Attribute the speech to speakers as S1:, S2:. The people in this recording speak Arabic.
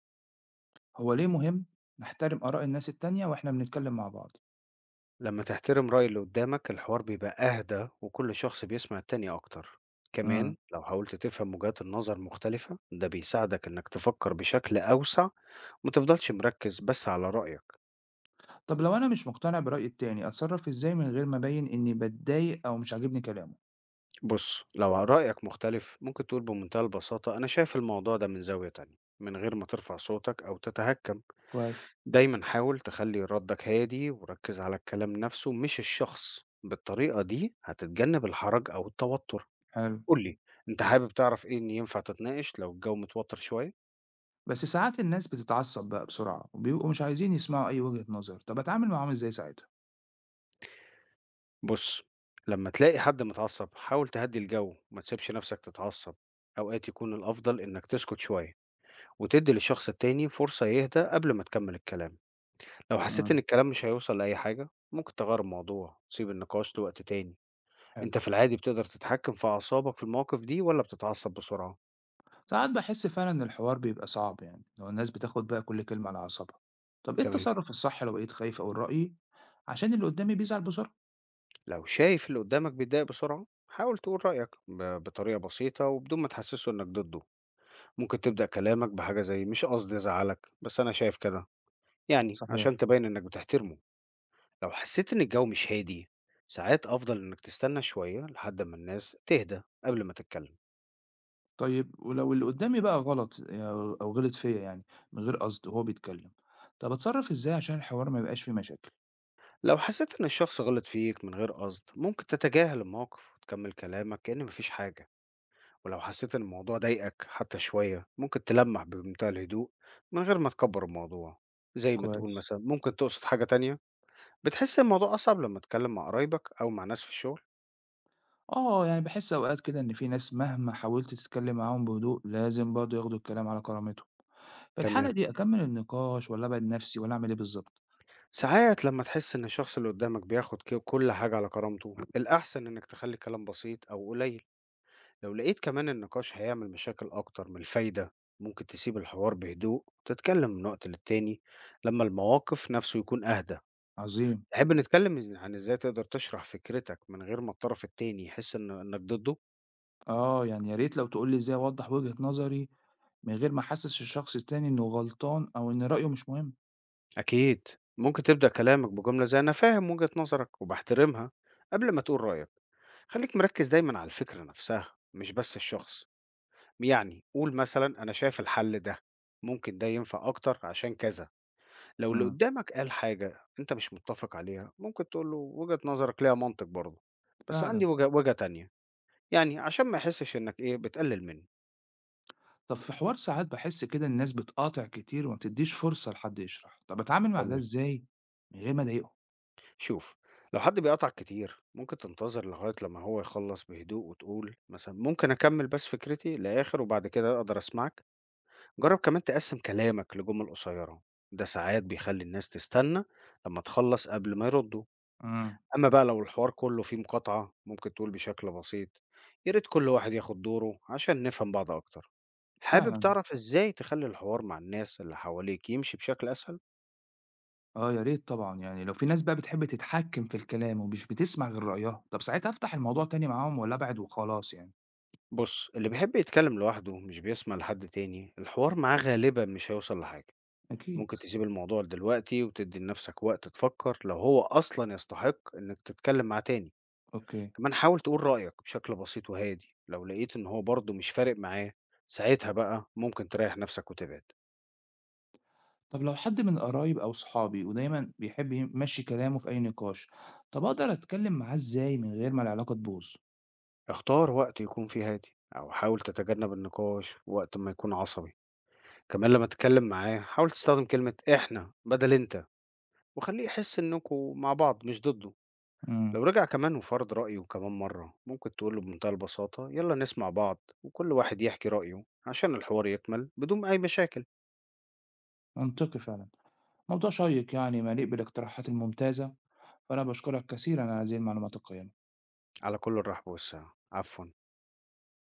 S1: هو ليه مهم نحترم آراء الناس التانية وإحنا بنتكلم مع بعض؟
S2: لما تحترم رأي اللي قدامك الحوار بيبقى أهدى وكل شخص بيسمع التاني أكتر. كمان
S1: امم
S2: لو حاولت تفهم وجهات النظر مختلفة ده بيساعدك إنك تفكر بشكل أوسع، ومتفضلش مركز بس على رأيك.
S1: طب لو أنا مش مقتنع برأي التاني أتصرف إزاي من غير ما أبين إني بتضايق أو مش عاجبني كلامه؟
S2: بص، لو رأيك مختلف ممكن تقول بمنتهى البساطة أنا شايف الموضوع ده من زاوية تانية، من غير ما ترفع صوتك أو تتهكم.
S1: كويس.
S2: دايما حاول تخلي ردك هادي وركز على الكلام نفسه مش الشخص، بالطريقة دي هتتجنب الحرج أو التوتر.
S1: حلو.
S2: قُل لي، أنت حابب تعرف إيه إن ينفع تتناقش لو الجو متوتر شوية؟
S1: بس ساعات الناس بتتعصب بقى بسرعة وبيبقوا مش عايزين يسمعوا أي وجهة نظر، طب أتعامل معاهم إزاي ساعتها؟
S2: بُص، لمّا تلاقي حد متعصب حاول تهدّي الجو، ما تسيبش نفسك تتعصب، أوقات يكون الأفضل إنك تسكت شوية وتدّي للشخص التاني فرصة يهدى قبل ما تكمّل الكلام، لو حسيت إن
S1: امم
S2: الكلام مش هيوصل لأي حاجة، ممكن تغيّر الموضوع، تسيب النقاش لوقت تاني.
S1: حلو.
S2: أنت في العادي بتقدر تتحكم في أعصابك في المواقف دي والّا بتتعصب بسرعة؟
S1: ساعات بحس فعلا إن الحوار بيبقى صعب، يعني لو الناس بتاخد بقى كل كلمة على أعصابها. طب إيه
S2: تمام،
S1: التصرف الصح لو بقيت خايف أو رأيي عشان اللي قدامي بيزعل بسرعة؟
S2: لو شايف اللي قدّامك بيتضايق بسرعة، حاول تقول رأيك بطريقة بسيطة وبدون ما تحسّسه إنك ضده. ممكن تبدأ كلامك بحاجة زي مش قصدي أزعلك بس أنا شايف كده، يعني
S1: صحيح.
S2: عشان تبين إنك بتحترمه. لو حسيت إن الجو مش هادي، ساعات أفضل إنك تستنى شوية لحد ما الناس تهدى قبل ما تتكلم.
S1: طيب ولو اللي قدّامي بقى غلط أو غلط فيّا، يعني من غير قصد وهو بيتكلّم، طَب أتصرّف إزاي عشان الحوار ما يبقاش فيه مشاكل؟
S2: لو حسيت إن الشخص غلط فيك من غير قصد ممكن تتجاهل الموقف وتكمل كلامك كأن مفيش حاجة، ولو حسيت إن الموضوع ضايقك حتى شوية ممكن تلمح بمنتهى الهدوء من غير ما تكبر الموضوع، زي ما تقول
S1: كويس.
S2: مثلا ممكن تقصد حاجة تانية. بتحس الموضوع أصعب لما تتكلم مع قرايبك أو مع ناس في الشغل؟
S1: آه، يعني باحس أوقات كده إن في ناس مهما حاولت تتكلّم معاهم بهدوء لازم برضه ياخدوا الكلام على كرامته، في الحالة
S2: تمام،
S1: دي أكمّل النقاش والّا أبعد نَفْسي والّا أعمل إيه بالضبط؟
S2: ساعات لما تحس إن الشخص اللي قدامك بياخد كل حاجة على كرامته الأحسن إنك تخلي الكلام بسيط أو قليل. لو لقيت كمان النقاش هيعمل مشاكل أكتر من الفايدة ممكن تسيب الحوار بهدوء وتتكلم من وقت للتاني لما المواقف نفسه يكون أهدى.
S1: عظيم.
S2: تحب نتكلم عن إزاي تقدر تشرح فكرتك من غير ما الطرف التاني يحس إنك ضده؟
S1: آه، يعني يا ريت لو تقول لي إزاي أوضّح وجهة نظري من غير ما أحسّس الشخص التاني إنه غلطان أو إن رأيه مش مهم.
S2: أكيد، ممكن تبدأ كلامك بجملة زي أنا فاهم وجهة نظرك وبحترمها قبل ما تقول رأيك. خليك مركز دايما على الفكرة نفسها مش بس الشخص، يعني قول مثلا أنا شايف الحل ده، ممكن ده ينفع أكتر عشان كذا. لو اللي
S1: إمم،
S2: قدامك قال حاجة أنت مش متفق عليها ممكن تقول له وجهة نظرك ليها منطق برضه، بس عندي
S1: فعلًا.
S2: وجهة تانية، يعني عشان ما يحسش إنك إيه بتقلل منه.
S1: طب في حوار ساعات باحس كده الناس بتقاطع كتير وما بتدّيش فرصة لحد يشرح، طب أتعامل مع ده
S2: تمام،
S1: إزاي من غير ما أضايقهم؟
S2: شوف، لو حد بيقطع كتير ممكن تنتظر لغاية لما هو يخلص بهدوء وتقول مثلا ممكن أكمل بس فكرتي لآخر وبعد كده أقدر أسمعك. جرب كمان تقسم كلامك لجمل قصيرة، ده ساعات بيخلي الناس تستنى لما تخلص قبل ما يردوا.
S1: إمم،
S2: أمّا بقى لو الحوار كُلّه فيه مقاطعة، ممكن تقول بشكل بسيط يا ريت كل واحد ياخد دوره عشان نفهم بعض أكتر. حابب
S1: فعلًا،
S2: تعرف إزاي تخلّي الحوار مع الناس اللي حواليك يمشي بشكل أسهل؟
S1: آه يا ريت طبعًا، يعني لو في ناس بقى بتحب تتحكم في الكلام ومش بتسمع غير رأيها، طب ساعتها أفتح الموضوع تاني معاهم والّا أبعد وخلاص يعني؟
S2: بُص، اللي بيحب يتكلم لوحده مش بيسمع لحد تاني، الحوار معاه غالبًا مش هيوصل لحاجة.
S1: أكيد.
S2: ممكن تسيب الموضوع دلوقتي وتدّي لنفسك وقت تفكّر لو هو أصلًا يستحق إنك تتكلم معاه تاني.
S1: أوكي.
S2: كمان حاول تقول رأيك بشكل بسيط وهادي، لو لقيت إن هو برضه مش فارق معاه، ساعتها بقى ممكن تريّح نفسك وتبعد.
S1: طب لو حد من قرايب أو صحابي ودايمًا بيحب يمشّي كلامه في أي نقاش، طب أقدر أتكلم معاه إزاي من غير ما العلاقة تبوظ؟
S2: اختار وقت يكون فيه هادي أو حاول تتجنب النقاش وقت ما يكون عصبي. كمان لما تتكلم معاه حاول تستخدم كلمة إحنا بدل أنت، وخليه يحس إنكوا مع بعض مش ضده.
S1: إمم،
S2: لو رجع كمان وفرض رأيه كمان مرة ممكن تقوله بمنتهى البساطة يلا نسمع بعض وكل واحد يحكي رأيه عشان الحوار يكمل بدون أي مشاكل.
S1: منطقي فعلًا، موضوع شيّق يعني مليء بالاقتراحات الممتازة. فأنا باشكرك كثيرًا على هذه المعلومات القيّمة.
S2: على كل الرحب والسعة، عفوا.